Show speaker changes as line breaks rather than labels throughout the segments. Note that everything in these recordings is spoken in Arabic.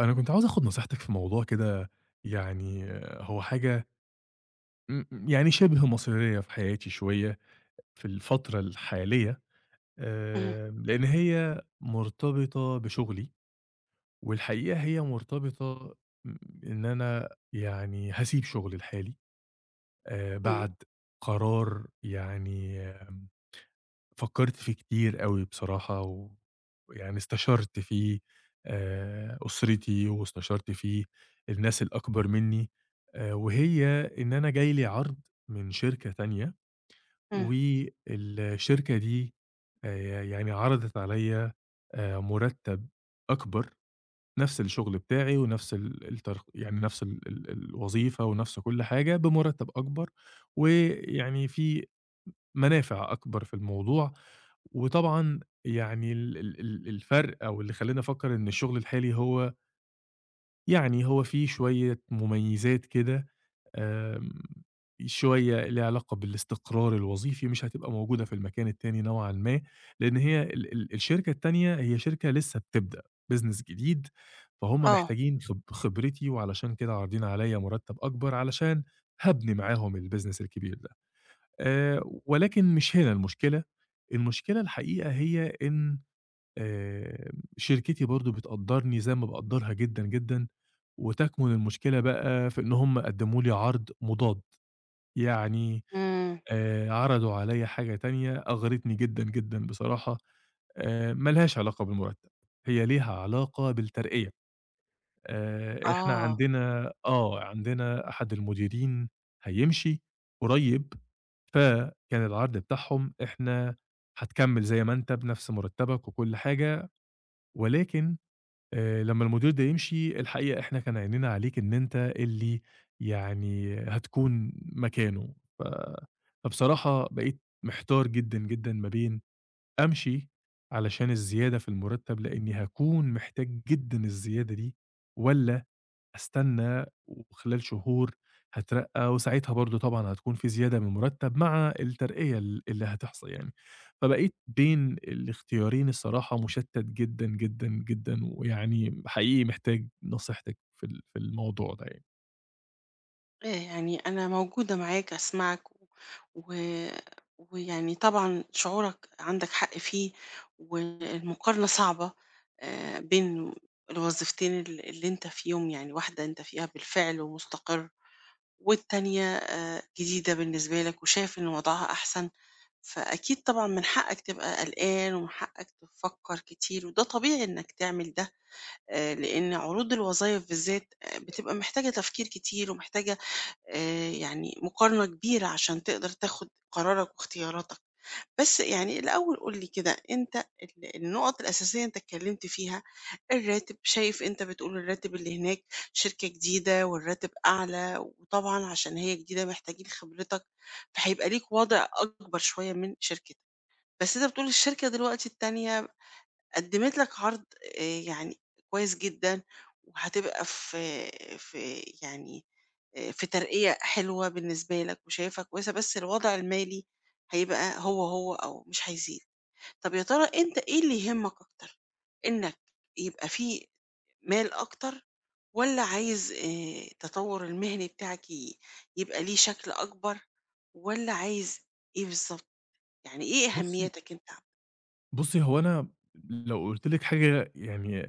أنا كنت عاوز آخد نصيحتك في موضوع كده يعني آه، هو حاجة م م يعني شِبه مصيرية في حياتي شوية في الفترة الحالية،
إمم،
لإن هي مرتبطة بشغلي، والحقيقة هي مرتبطة م إن أنا يعني هاسيب شغلي الحالي
إمم،
بعد قرار يعني فكّرت فيه كتير أوي بصراحة، ويعني استشرت فيه أسرتي، واستشرت فيه الناس الأكبر منّي، وهي إن أنا جاي لي عرض من شركة تانية،
إمم،
والشركة دي يعني عرضت عليّا مُرتّب أكبر، نفس الشغل بتاعي ونفس ال الترق يعني نفس ال ال الوظيفة ونفس كل حاجة بمُرتّب أكبر، ويعني في منافع أكبر في الموضوع، وطبعًا يعني ال ال ال الفرق أو اللي خلّاني أفكّر إن الشغل الحالي هو يعني هو فيه شوية مميزات كده، آمم، شوية ليها علاقة بالاستقرار الوظيفي مش هتبقى موجودة في المكان التاني نوعًا ما، لإن هي ال ال الشركة التانية هي شركة لسه بتبدأ، business جديد، فهُم
آه،
محتاجين خبرتي وعلشان كده عارضين عليَّ مُرتّب أكبر علشان هابني معاهم الbusiness الكبير ده. آآ ولكن مش هنا المشكلة، المشكلة الحقيقة هي إن شركتي برضه بتقدّرني زي ما باقدّرها جدًا، جدًا، وتكمُن المشكلة بقى في إن هم قدّموا لي عرض مُضاد، يعني
إمم،
عرضوا عليّا حاجة تانية أغرتني جدًا، جدًا بصراحة، ما لهاش علاقة بالمُرتّب، هي ليها علاقة بالترقية. إحنا
آه،
عندنا آه، عندنا أحد المديرين هيمشي قريب، فكان العرض بتاعهم إحنا هتكمّل زي ما أنت بنفْس مرتّبك وكل حاجة، ولكن لمّا المدير ده يمشي الحقيقة إحنا كان عينينا عليك إن أنت اللي يعني هتكون مكانه. ف فبصراحة بقيت محتار جدًا، جدًا ما بين أمشي علشان الزيادة في المرتّب لإنّي هاكون محتاج جدًا الزيادة دي والّا هاستنى وخلال شهور هاترقّى وساعتها برضه طبعًا هتكون في زيادة من المُرتّب مع الترقية اللي هتحصل يعني. فبقيت بين الاختيارين الصراحة مُشتّت جدًا، جدًا، جدًا ويعني حقيقي محتاج نصيحتِك في الموضوع ده يعني.
يعني أنا موجودة معاك أسمعك و... ويعني طبعًا شعورك عندك حق فيه، والمقارنة صعبة بين الوظيفتين اللي أنت فيهم، يعني واحدة أنت فيها بالفعل ومستقر، والتانية جديدة بالنسبة لك وشايف إن وضعها أحسن، فأكيد طبعًا من حقك تبقى قلقان ومن حقك تفكّر كتير، وده طبيعي إنك تعمل ده. لإن عروض الوظايف بالذات بتبقى محتاجة تفكير كتير ومحتاجة يعني مقارنة كبيرة عشان تقدر تاخُد قرارك واختياراتك. بس يعني الأول قُل لي كده، أنت النُقط الأساسية أنت اتكلّمت فيها، الراتب شايف أنت بتقول الراتب اللي هناك شركة جديدة والراتب أعلى وطبعًا عشان هي جديدة محتاجين خبرتك، فهيبقى ليك وَضْع أكبر شوية من شركتك. بس أنت بتقول الشركة دلوقتي التانية قدمت لك عرض يعني كويس جدًا، وهتبقى في يعني في ترقية حلوة بالنسبة لك وشايفها كويسة، بس الوضع المالي هيبقى هو أو مش هيزيد. طب يا ترى أنت إيه اللي يهمك أكتر؟ إنك يبقى في مال أكتر والّا عايز التطور المهني بتاعك يبقى ليه شكل أكبر والّا عايز إيه بالضبط؟ يعني إيه
بُصّي
أهميتك أنت؟
بُصّي، هو أنا لو قُلت لِك حاجة يعني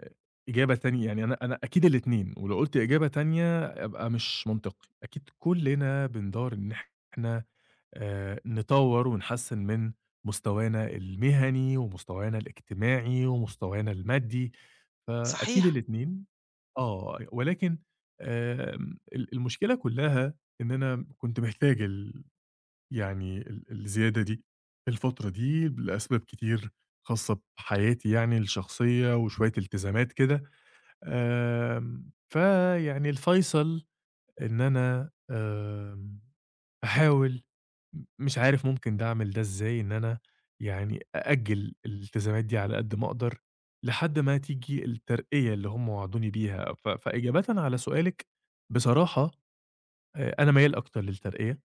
إجابة تانية يعني أنا أكيد الاتنين ولو قُلت إجابة تانية أبقى مش منطقي. أكيد كُلّنا بندار إن إحنا نطوّر ونحسّن من مستوانا المهني، ومستوانا الاجتماعي، ومستوانا المادي، فأكيد
صحيح،
الاتنين آه، ولكن المشكلة كلّها إن أنا كنت محتاج يعني ال الزيادة دي الفترة دي لأسباب كتير خاصة بحياتي يعني الشخصية، وشوية التزامات كده، فيعني الفيصل إن أنا باحاول مش عارف ممكن ده أعمل ده إزاي، إن أنا يعني أأجّل الالتزامات دي على قد ما أقدر، لحد ما تيجي الترقية اللي هم وعدوني بيها. ف فإجابةً على سؤالِك، بصراحة أنا ميّال أكتر للترقية،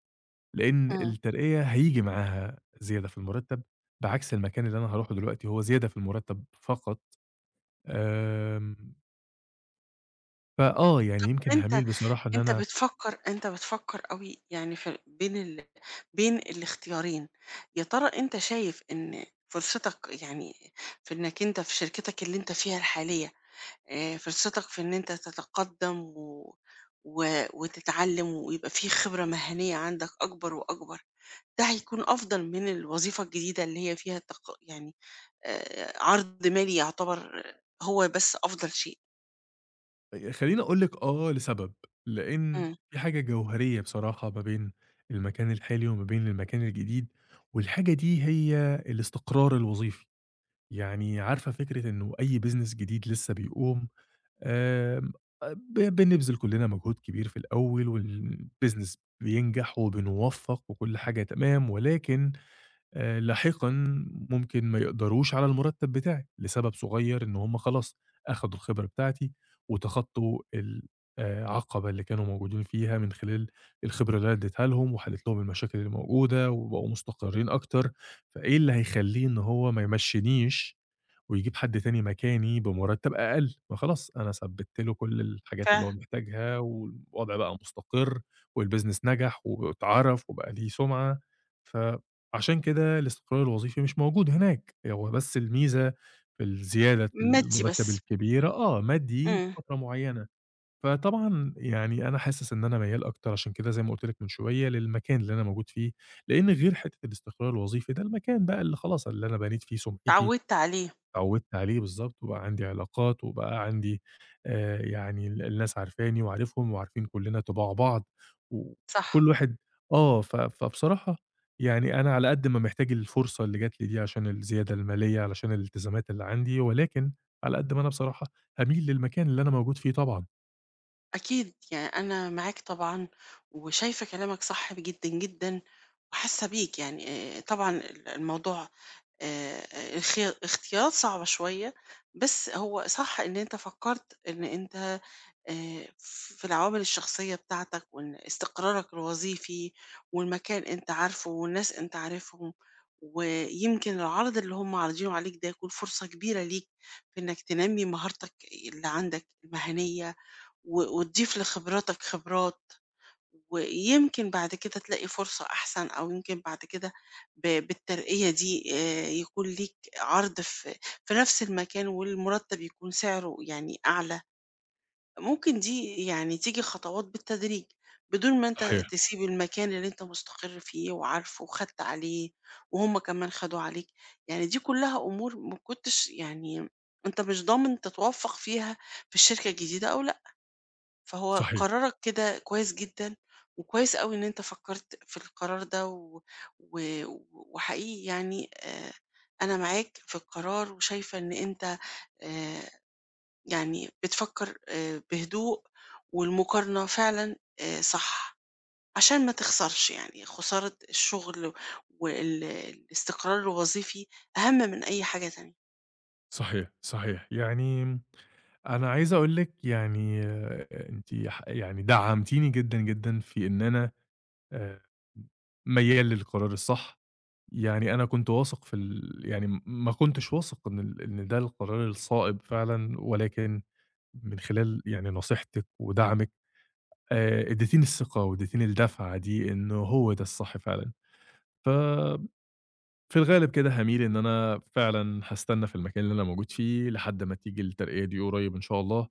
لإن
إمم.
الترقية هييجي معاها زيادة في المُرتّب، بعكس المكان اللي أنا هاروحه دلوقتي هو زيادة في المُرتّب فقط. آمم، فآه، يعني يمكن
أنت
هاميل بصراحة إن
أنت
أنا
بتفكّر أنت بتفكّر أوي يعني في بين الاختيارين، يا ترى أنت شايف إن فرصتك يعني في إنك أنت في شركتك اللي أنت فيها الحالية، فرصتك في إن أنت تتقدّم و وتتعلّم ويبقى في خبرة مهنية عندك أكبر وأكبر، ده هيكون أفضل من الوظيفة الجديدة اللي هي فيها يعني عرض مالي يعتبر هو بس أفضل شيء.
خلّيني أقول لِك آه لسبب، لإن
إمم،
في حاجة جوهرية بصراحة ما بين المكان الحالي وما بين المكان الجديد، والحاجة دي هي الاستقرار الوظيفي، يعني عارفة فكرة إنه أي business جديد لسه بيقوم، آمم بنبذل كلّنا مجهود كبير في الأول والbusiness بينجح وبنوفّق وكل حاجة تمام، ولكن لاحقًا ممكن ما يقدروش على المرتب بتاعي، لسبب صغير إن هُم خلاص أخدوا الخبرة بتاعتي، وتخطوا ال عقبة اللي كانوا موجودين فيها من خلال الخبرة اللي أنا اديتها لهم، وحلّيت لهم المشاكل اللي موجودة، وبقوا مستقرين أكتر، فإيه اللي هيخلّيه إن هو ما يمشّينيش ويجيب حد تاني مكاني بمرتب أقل، ما خلاص أنا ثبّتت له كل الحاجات اللي هو
فعلًا،
محتاجها، والوضع بقى مستقر، والbusiness نجح واتعرف وبقى ليه سُمعة، فعشان كده الاستقرار الوظيفي مش موجود هناك، هو بس الميزة في الزيادة
مادي
المرتب
بس،
الكبيرة آه، مادي
إمم،
لفترة معيّنة، فطبعًا يعني أنا حاسس إن أنا ميّال أكتر عشان كده زي ما قُلت لك من شوية للمكان اللي أنا موجود فيه، لإن غير حتّة الاستقرار الوظيفي ده المكان بقى اللي خلاص اللي أنا بنيت فيه سُمعتي
اتعوّدت عليه.
اتعودت عليه بالضبط، وبقى عندي علاقات، وبقى عندي يعني الناس عارفاني وعارفهم، وعارفين كلّنا طِباع بعض،
صح،
وكل واحد آه، ف فبصراحة يعني أنا على قد ما محتاج الفرصة اللي جات لي دي عشان الزيادة المالية، علشان الالتزامات اللي عندي، ولكن على قد ما أنا بصراحة هاميل للمكان اللي أنا موجود فيه طبعًا.
أكيد، يعني أنا معاك طبعًا، وشايفة كلامك صح جدًا، جدًا، وحاسة بيك يعني طبعًا الموضوع آآ، اختيارات صعبة شوية، بس هو صح إن أنت فكرت إن أنت في العوامل الشخصية بتاعتك، وإن استقرارك الوظيفي، والمكان أنت عارفه، والناس أنت عارفهم، ويمكن العرض اللي هم عارضينه عليك ده يكون فرصة كبيرة ليك في إنك تنمي مهارتك اللي عندك المهنية. وتضيف لخبراتك خبرات، ويمكن بعد كده تلاقي فرصة أحسن أو يمكن بعد كده بالترقية دي يكون ليك عرض في نفس المكان والمرتب يكون سعره يعني أعلى، ممكن دي يعني تيجي خطوات بالتدريج، بدون ما أنت
صحيح،
تسيب المكان اللي أنت مستقر فيه وعارفه وخدت عليه وهُم كمان خدوا عليك، يعني دي كلها أمور ما كنتش يعني أنت مش ضامن تتوفّق فيها في الشركة الجديدة أو لأ. فهو
صحيح،
قرارك كده كويس جدًا، وكويس أوي إن أنت فكّرت في القرار ده و وحقيقي يعني أنا معاك في القرار وشايفة إن أنت آآ يعني بتفكّر بهدوء، والمقارنة فعلًا صح، عشان ما تخسرش يعني خسارة الشغل وال الاستقرار الوظيفي أهم من أي حاجة تانية.
صحيح. يعني أنا عايز أقول لِك يعني آه، أنتِ ح يعني دعمتيني جدًا، جدًا في إن أنا آآ ميّال للقرار الصح، يعني أنا كنت واثق في ال يعني م ما كنتش واثق إن إن ده القرار الصائب فعلًا، ولكن من خلال يعني نصيحتِك ودعمِك ادّيتيني الثقة وادّيتيني الدفعة دي إنه هو ده الصح فعلًا، ف في الغالب كده هاميل إن أنا فعلًا هاستنى في المكان اللي أنا موجود فيه لحد ما تيجي الترقية دي قريب إن شاء الله،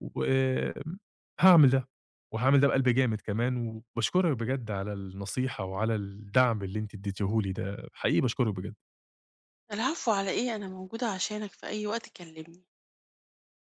وآمم هاعمل ده، وهاعمل ده بقلب جامد كمان، وباشكرِك بجد على النصيحة وعلى الدعم اللي أنتِ اديتيه لي ده، حقيقي باشكرِك بجد.
العفو على إيه، أنا موجودة عشانك في أي وقت كلّمني.